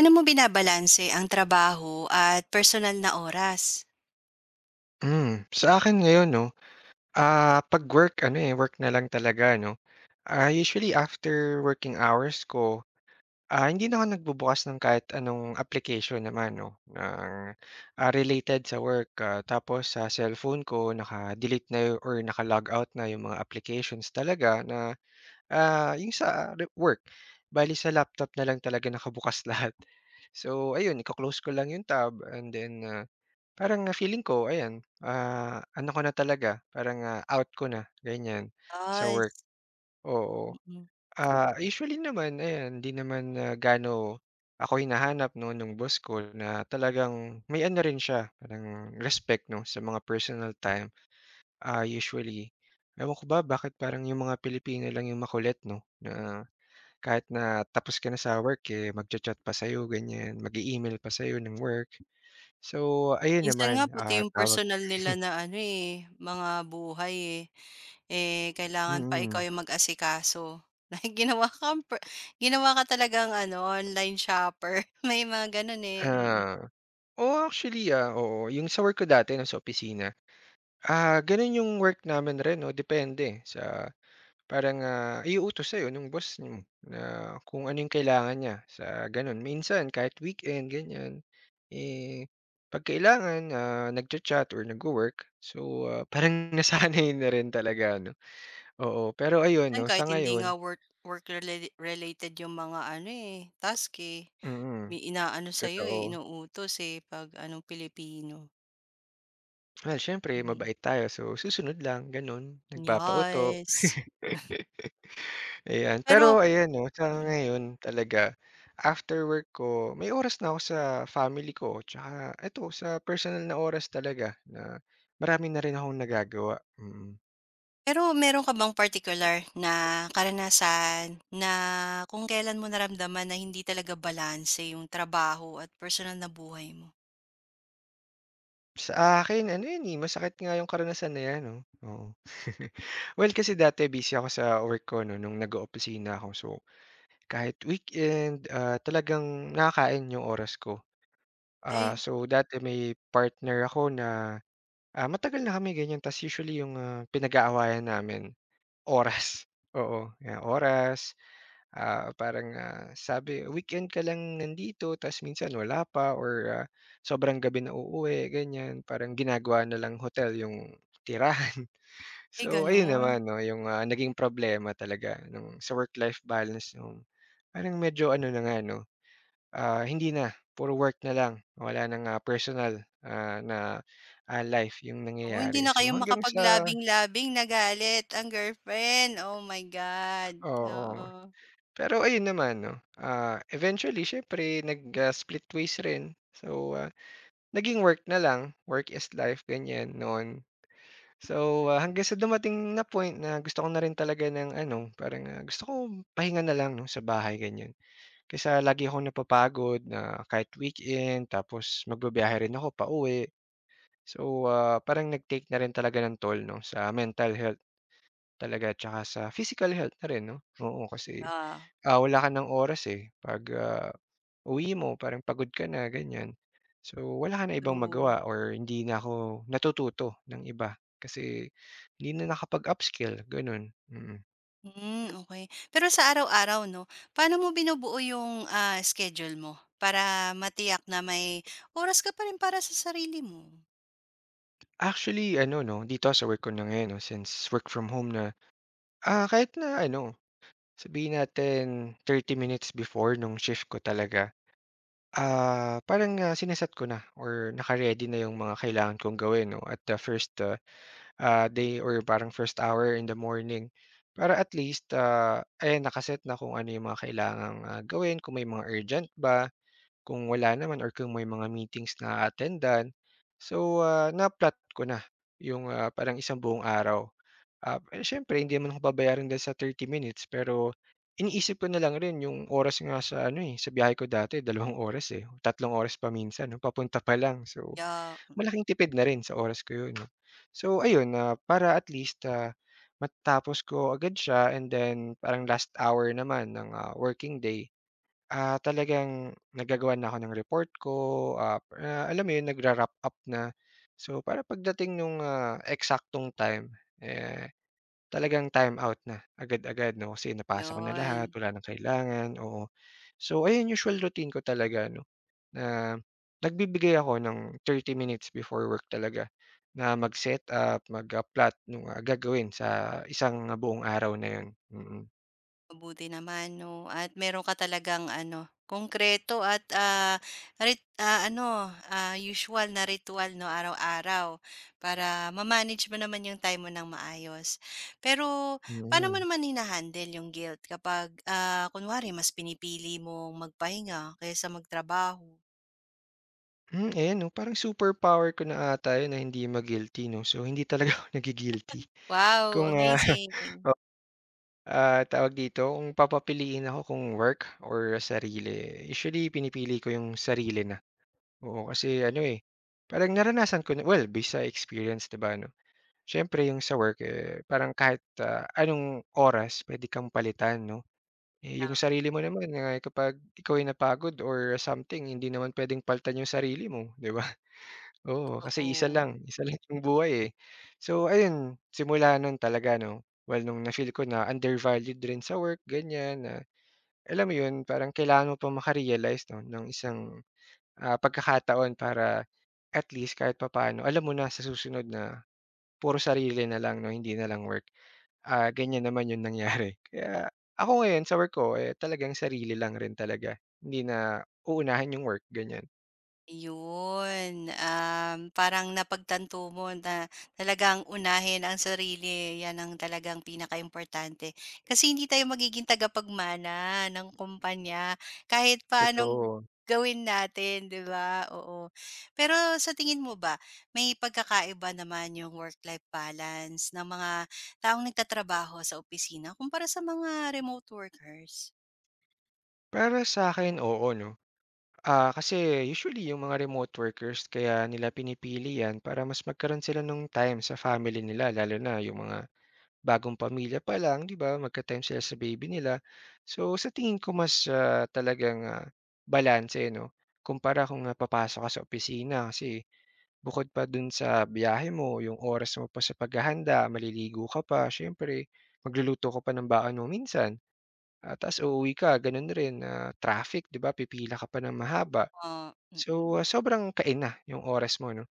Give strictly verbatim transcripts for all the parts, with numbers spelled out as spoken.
Ano mo binabalanse ang trabaho at personal na oras? Hmm, sa akin ngayon 'no, ah, 'pag work ano, eh, work na lang talaga 'no. Ah, usually after working hours ko, ah, hindi na ako nagbubukas ng kahit anong application naman 'no, ng, ah, related sa work. Ah, tapos sa cellphone ko naka-delete na yu or naka-log out na yung mga applications talaga na, ah, yung sa re work. Bale sa laptop na lang talaga nakabukas lahat. So ayun, iko-close ko lang yung tab and then, ah Parang, ah, feeling ko ayan, ah, ano ko na talaga, parang, ah, out ko na ganyan sa work, Yes, oo. mm. Ah, usually naman ayan, hindi naman na gaano ako hinahanap 'no nung boss ko na talagang may ano rin siya, parang respect 'no sa mga personal time. Ah, usually, Ewan ko ba bakit parang yung mga Pilipino lang yung makulit 'no, na kahit na tapos ka na sa work, eh, magcha-chat pa sa'yo ganyan, mag email pa sa'yo ng work. So ayun Minsan nga naman, pati ah, yung tawag personal nila na ano, eh, mga buhay, eh, eh, mm. kailangan pa ikaw Mm. yung mag-asikaso. Dahil ginawa kang ginawa ka talagang ano, online shopper. May mga gano'n, eh, mm. Ah, oo actually, ah, oo. Yung sa work ko dati nasa opisina, ah, gano'n yung work namin rin 'no, depende sa parang, ah, iuutos sa'yo nung boss mo na kung ano yung kailangan niya sa gano'n. Minsan kahit weekend ganyan, eh, 'pag kailangan, ah, nagcha-chat or nag work So, ah, parang nasanay na rin talaga ano, oo. Pero ayun Minsan 'no, kahit sa hindi nga ngayon work work relate related yung mga ano, eh, task, eh, mm, may inaano sa'yo, eh, totoo. inuutos, eh, 'pag ano, Pilipino. Well, siyempre Mm, mabait tayo so susunod lang gano'n, nagpapauto. yes. Ayan, Pero pero ayan 'no, sa Mm. ngayon talaga after work ko may oras na ako sa family ko tsaka eto sa personal na oras talaga na marami na rin akong nagagawa, mm. Pero meron ka bang particular na karanasan na kung kailan mo naramdaman na hindi talaga balanse yung trabaho at personal na buhay mo? Sa akin ano 'yun, eh, masakit nga 'yung karanasan na 'yan 'no, oo. Well, kasi dati busy ako sa work ko 'no, nung nag-oopisina ako so kahit weekend, ah, talagang nakakain 'yung oras ko. Ah, Ay, So dati may partner ako na Ah, matagal na kami ganyan ta's usually yung, ah, pinag-aawayan namin oras, oo, ah, oras, ah, parang, ah, sabi weekend ka lang nandito ta's minsan wala pa or, ah, sobrang gabi na uuwi ganyan, parang ginagawa na lang hotel yung tirahan. ay So ayun gano'n? naman 'no, yung, ah, naging problema talaga nung sa work-life balance nung parang medyo ano na nga 'no, Ah, hindi na, puro work na lang. Wala ng, ah, personal, ah, na, ah, life yung Naku, hindi nangyayari. na kayo So hanggang sa makapaglabing-labing na galit ang girlfriend. Oh my God, oo. oo. Pero ayun naman 'no, ah, eventually siyempre nag, ah, split ways rin. So, ah, naging work na lang, work is life ganyan noon. So, ah, hanggang sa dumating na point na gusto ko na rin talaga ng ano, parang, ah, gusto ko pahinga na lang 'no, sa bahay ganyan. Kaysa lagi akong napapagod na kahit weekend tapos magbibiyahe rin ako pauwi. So, ah, parang nag-take na rin talaga ng toll 'no, sa mental health talaga tsaka sa physical health na rin 'no? Oo, kasi, Ah, ah, wala ka ng oras, eh. 'Pag, ah, uwi mo parang pagod ka na ganyan. So, wala ka na ibang true. magawa or hindi na ako natututo ng iba kasi hindi na nakapag-upskill gano'n, mm. Hmm, okay. Pero sa araw-araw 'no, paano mo binubuo yung, ah, schedule mo para matiyak na may oras ka pa rin para sa sarili mo? Actually ano 'no, dito sa work ko na ngayon 'no, since work from home na, ah, kahit na ano, sabihin natin thirty minutes before nung shift ko talaga Ah, parang, ah, sine ko na or naka-ready na yung mga kailangan kong gawin 'no at the first, ah, ah, day or parang first hour in the morning. Para at least, ah, ayan naka na kung ano yung mga kailangang, ah, gawin, kung may mga urgent ba, kung wala naman or kung may mga meetings na attendan So, ah, na-plot ko na yung, ah, parang isang buong araw. Ah, eh, siyempre hindi naman ako babayaran dahil sa thirty minutes, pero iniisip ko na lang rin yung oras nga sa ano, eh, sa biyahe ko dati dalawang oras, eh, tatlong oras pa minsan 'no, papunta pa lang. So, Yeah. malaking tipid na rin sa oras ko yun 'no. So ayun, ah, para at least, ah, matatapos ko agad siya and then parang last hour naman ng, ah, working day, ah, talagang naggagawa na ako ng report ko, ah, ah, alam mo yun, nagra-wrap up na. So, para pagdating nung, ah, eksaktong time, eh Talagang time out na agad-agad 'no, kasi napasa ko na lahat, Yun, wala ng kailangan, oo. So ayun, usual routine ko talaga ano, na nagbibigay ako ng thirty minutes before work talaga na mag-setup, mag, ah, plot nung, ah, gagawin sa isang ah, buong araw na yun, mm. mabuti naman 'no at meron ka talagang ano, konkreto at, ah, rit ah, ano, ah, usual na ritual 'no, araw-araw para ma-manage mo naman yung time mo ng maayos. Pero paano mo Mm. naman hina-handle yung guilt kapag, ah, kunwari mas pinipili mong magpahinga kaysa magtrabaho? Hmm, ayan 'no, parang superpower ko na ata yun na hindi ma-guilty 'no, so hindi talaga ako nagi-guilty Wow, kung, ah amazing. Ah, tawag dito, kung papapiliin ako kung work or sarili, usually pinipili ko yung sarili na. Oo, kasi ano, eh, parang naranasan ko na well, based sa experience, 'di ba, 'no? Siyempre yung sa work, eh, parang kahit, ah, anong oras puwede kang palitan, 'no? Eh, yung Yeah, sarili mo naman, ah, kapag ikaw ay napagod or something, hindi naman puwedeng palitan yung sarili mo, 'di ba? Oo, kasi isa totoo. lang, isa lang yung buhay, eh. So ayun, simula nun talaga 'no, well nung na-feel ko na undervalued rin sa work ganyan na alam mo yun parang kailangan mo pang maka 'no ng isang, ah, pagkakataon para at least kahit papaano alam mo na sa susunod na puro sarili na lang 'no, hindi na lang work. Ah, ganyan naman yung nangyari. Kaya ako ngayon sa work ko, eh, talagang sarili lang rin talaga, hindi na uunahin yung work ganyan, Iyon, um, parang napagtanto mo na talagang unahin ang sarili, 'yan ang talagang pinaka importante. Kasi hindi tayo magiging tagapagmana ng kumpanya kahit pa anong totoo. gawin natin, 'di ba? Oo. Pero sa tingin mo ba, may pagkakaiba naman yung work-life balance ng mga taong nagtatrabaho sa opisina kumpara sa mga remote workers? Para sa akin, oo 'no. Ah, kasi usually yung mga remote workers kaya nila pinipili 'yan para mas magkaroon sila ng time sa family nila lalo na yung mga bagong pamilya pa lang, 'di ba, magka-time sila sa baby nila. So, sa tingin ko mas, ah, talagang, ah, balanse 'no, kumpara kung, ah, papasok ka sa opisina kasi bukod pa dun sa biyahe mo, yung oras mo pa sa paghahanda, maliligo ka pa, siyempre magluluto ka pa ng baon mo minsan, at ta's uuwi ka gano'n rin, ah, traffic, 'di ba, pipila ka pa ng mahaba. Oo, So, mm. ah, sobrang kain na yung oras mo 'no.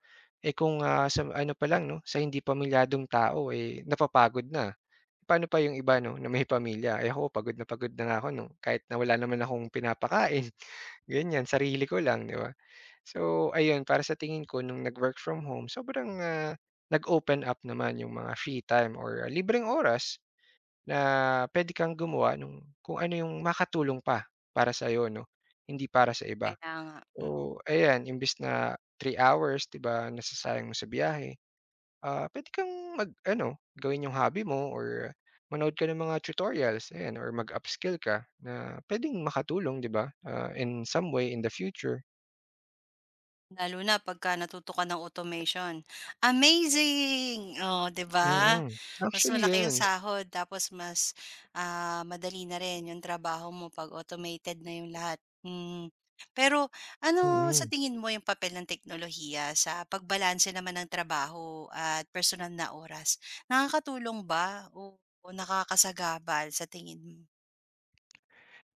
Eh, kung, ah, sa ano pa lang 'no, sa hindi pamilyadong tao, eh, napapagod na. Paano pa yung iba 'no, na may pamilya. Eh, ako pagod na pagod na nga ako 'no, kahit na wala naman akong pinapakain, ganyan, sarili ko lang, 'di ba? So, ayun para sa tingin ko nung nag-work from home sobrang, ah, nag-open up naman yung mga free time or ah, libreng oras na puwede kang gumawa nung kung ano yung makatulong pa para sa'yo 'no, hindi para sa iba. Kaya nga. Mm. Oo, ayan imbes na three hours 'di ba, nasasayang mo sa biyahe, ah, puwede kang mag-ano, gawin yung hobby mo or manood ka ng mga tutorials, ayan or mag-upskill ka na puwedeng makatulong 'di ba, ah, in some way in the future. Lalo na pagka natuto ka ng automation. Amazing! Oh, 'di ba? Mm, Mas actually malaki yung 'yan, sahod tapos mas, ah, madali na rin yung trabaho mo 'pag automated na yung lahat. Hmm. Pero ano sa mm. tingin mo yung papel ng teknolohiya sa pagbalanse naman ng trabaho at personal na oras? Nakakatulong ba o o nakakasagabal sa tingin mo?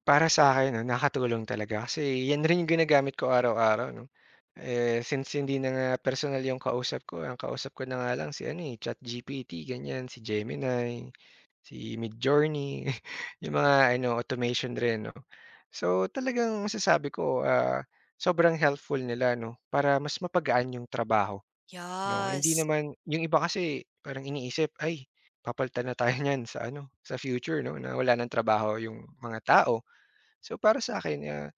Para sa'kin 'no, nakatulong talaga kasi 'yan rin yung ginagamit ko araw-araw 'no. Eh, since hindi na nga personal yung kausap ko, ang kausap ko na nga lang si ano, eh, ChatGPT ganyan, si Gemini. Si Midjourney, yung mga ano, automation rin 'no. So, talagang masasabi ko, ah, sobrang helpful nila 'no, para mas mapagaan yung trabaho 'no. Hindi Yes, naman yung iba kasi parang iniisip, "Ay, papalitan na tayo niyan sa ano, sa future 'no, na wala ng trabaho yung mga tao." So, para sa akin ah,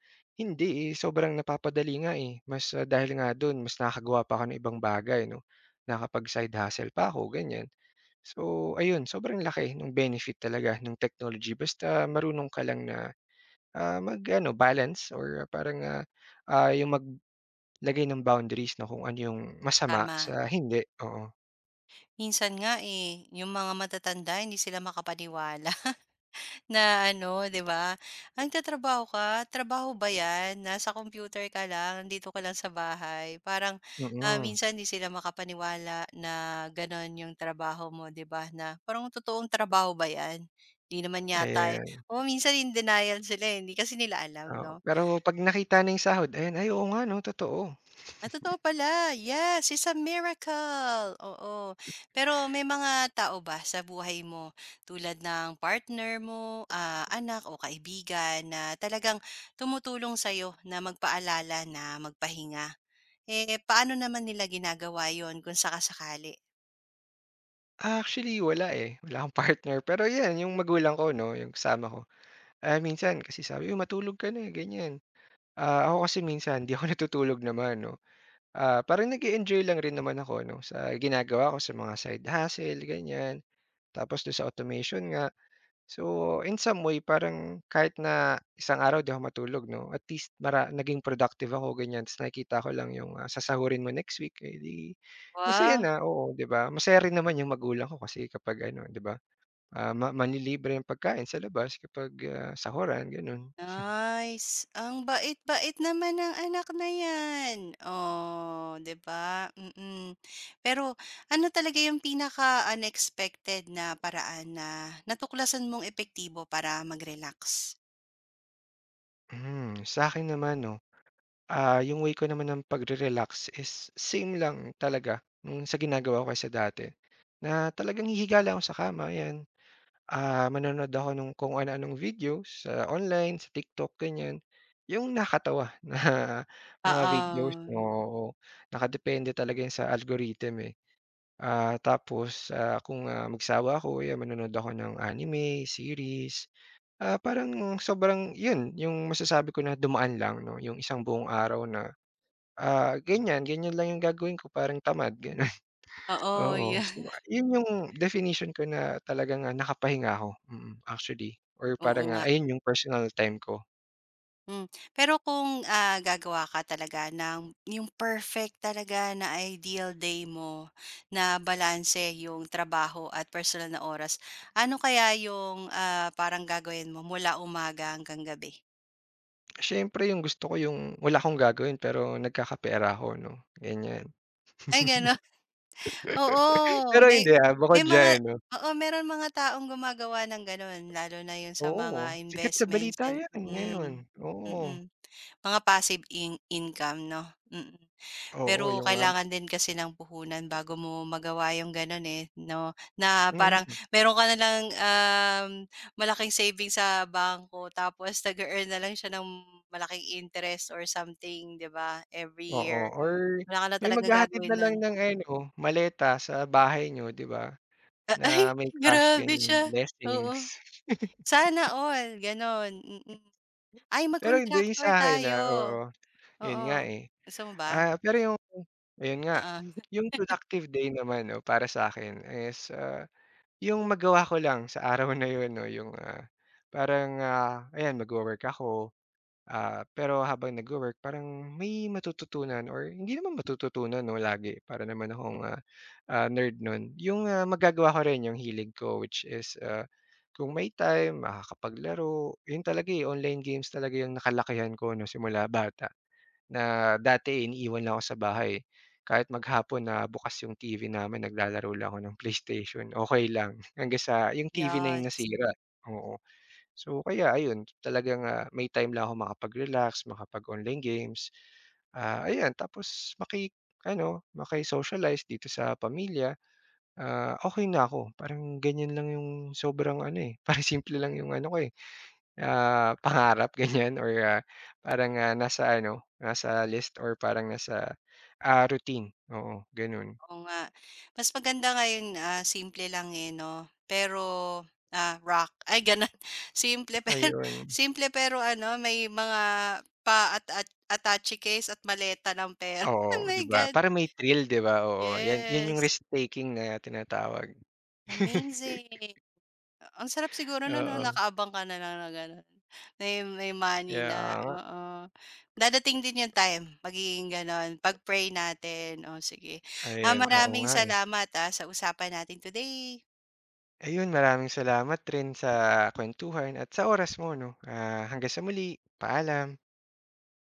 hindi, eh, sobrang napapadali nga, eh. Mas, ah, dahil nga dun mas nakakagawa pa ako ng ibang bagay 'no, nakakapag-side hustle pa ako, ganyan. So, ayun sobrang laki nung benefit talaga nung technology basta marunong ka lang na, ah, mag-ano balance or parang, ah, ah, yung maglagay ng boundaries na kung ano yung masama tama. sa hindi, oo. Minsan nga, eh, yung mga matatanda hindi sila makapaniwala. Na ano, 'di ba, ang tatrabaho ka, trabaho ba 'yan, nasa computer ka lang, nandito ka lang sa bahay. Parang, ah, Mm, minsan hindi sila makapaniwala na gano'n 'yung trabaho mo, 'di ba, na parang totoong trabaho ba 'yan? Hindi naman yata, eh. ayan, Oo, minsan in denial sila, eh, hindi kasi nila alam oo. 'no. Pero 'pag nakita na yung sahod ayan, ay oo nga 'no, totoo. Ah, totoo pala. Yes, it's a miracle. Oo. Pero may mga tao ba sa buhay mo tulad ng partner mo, ah, anak o kaibigan na talagang tumutulong sa'yo na magpaalala na magpahinga? Eh, paano naman nila ginagawa 'yon kung sakasakali? Actually wala, eh, wala akong partner pero 'yan yung magulang ko 'no, yung kasama ko, ah, minsan kasi sabi, "Uy matulog ka na," eh," ganyan. Ah, ako kasi minsan 'di ako natutulog naman 'no. Ah, parang nag-e-enjoy lang rin naman ako 'no, sa ginagawa ko, sa mga side hustle ganyan. Tapos dun sa automation nga. So, in some way parang kahit na isang araw di ako matulog 'no, at least mara naging productive ako ganyan ta's nakikita ko lang yung, ah, sasahurin mo next week, eh, di masaya Wow! na, oo, di ba? Masaya rin naman yung magulang ko kasi kapag ano, di ba, ah, ma manlilibre ang pagkain sa labas kapag, ah, sahuran, gano'n. Nice. Ang bait-bait naman ng anak na 'yan. Oh, 'di ba? Mm. Pero ano talaga yung pinaka-unexpected na paraan na natuklasan mong epektibo para mag-relax? Hmm, sa'kin naman 'no Ah, yung way ko naman ng pagre-relax is same lang talaga nung sa ginagawa ko sa dati, na talagang hihiga lang ako sa kama, ayan. Ah, manonood ako nung kung ano-anong video sa online, sa TikTok, ganyan. Yung nakatawa na mga videos, Oo. oo. Nakadepende talaga yun sa algorithm, eh. Ah, tapos, ah, kung, ah, magsawa ako, ayan, manonood ako ng anime, series. Ah, parang sobrang yun, yung masasabi ko na dumaan lang 'no, yung isang buong araw na Ah, ganyan, ganyan lang yung gagawin ko parang tamad gano'n, Oo, oo. yu So, yun yung definition ko na talagang, ah, nakapahinga ako, mm, actually or oo parang, ah, nga. ayun yung personal time ko. Hmm, pero kung, ah, gagawa ka talaga ng yung perfect talaga na ideal day mo na balanse yung trabaho at personal na oras, ano kaya yung, ah, parang gagawin mo mula umaga hanggang gabi? Siyempre yung gusto ko yung wala akong gagawin pero nagkakapera ako 'no, ganyan. Ay gano'n? Oo, Pero may hindi, ah, may bukod mga, diyan 'no oo, meron mga taong gumagawa ng gano'n lalo na yun sa oo, mga sikat sa investments balita and yan ngayon, mm, mm. oo. Mm. Mga passive in income 'no? Mm. Oo, Pero yung, um kailangan din kasi ng puhunan bago mo magawa yung gano'n, eh, 'no, na parang mm, meron ka na lang, um, malaking savings sa bangko tapos nag earn na lang siya ng malaking interest or something, 'di ba, every oo year. or Wala ka na may talagang maghahatid gagawin na no'n. lang ng ano, maleta sa bahay niyo 'di ba? A ay, Na may crush grabe ganyan, siya, oo. blessings. Sana all, gano'n, mm. Mm. Ay, Pero hindi yung mag-contractor sa'kin, tayo, ah, oo, yun nga, oo. eh. Gusto mo ba? Ah, pero yung ayun nga, Oo, yung productive day naman 'no para sa'kin is, ah, yung magawa ko lang sa araw na yun 'no, yung, ah, parang, ah, ayan magwo-work ako, ah, pero habang nagwo-work parang may matututunan or hindi naman matututunan 'no lagi para naman akong, ah ah, nerd nun, yung, ah, magagawa ko rin yung hilig ko which is, ah, kung may time makakapaglaro. Yun talaga, eh, online games talaga yung nakalakihan ko 'no, simula bata na dati eh, iniiwan lang ako sa bahay. Kahit maghapon na bukas yung T V namin naglalaro lang ako ng PlayStation, okey lang hanggang sa yung T V na yung yes. nasira, oo. So, kaya ayun talagang, ah, may time lang ako makapag-relax, makapag-online games, ah, ayan tapos maki ano, maki-socialize dito sa pamilya. Ah, okey na ako parang ganyan lang yung sobrang ano, eh, parang simple lang yung ano ko, eh, ah, pangarap ganyan or, ah, parang, ah, nasa ano, nasa list or parang nasa, ah, routine, oo, gano'n. Oo nga. Mas maganda ngayon, ah, simple lang, eh, 'no? Pero, ah, rock ay gano'n. Simple pero Ayun, simple pero ano, may mga pa at at attache case at maleta ng pera. Oh oo, 'di my ba? God, Para may thrill, 'di ba? Oo, 'yan 'yan yung yes. risk taking na tinatawag. Amazing. Ang sarap siguro no'n 'no, Oo, nakaabang ka na lang na gano'n. May may money kaya na, nga, oo. Dadating din yung time, magiging gano'n. Pag-pray natin, oh, sige. Ah, ayun, oo maraming nga, eh. salamat, ah, sa usapan natin today. Ayun, maraming salamat rin sa kuwentuhan at sa oras mo 'no. Ah, hanggang sa muli, paalam.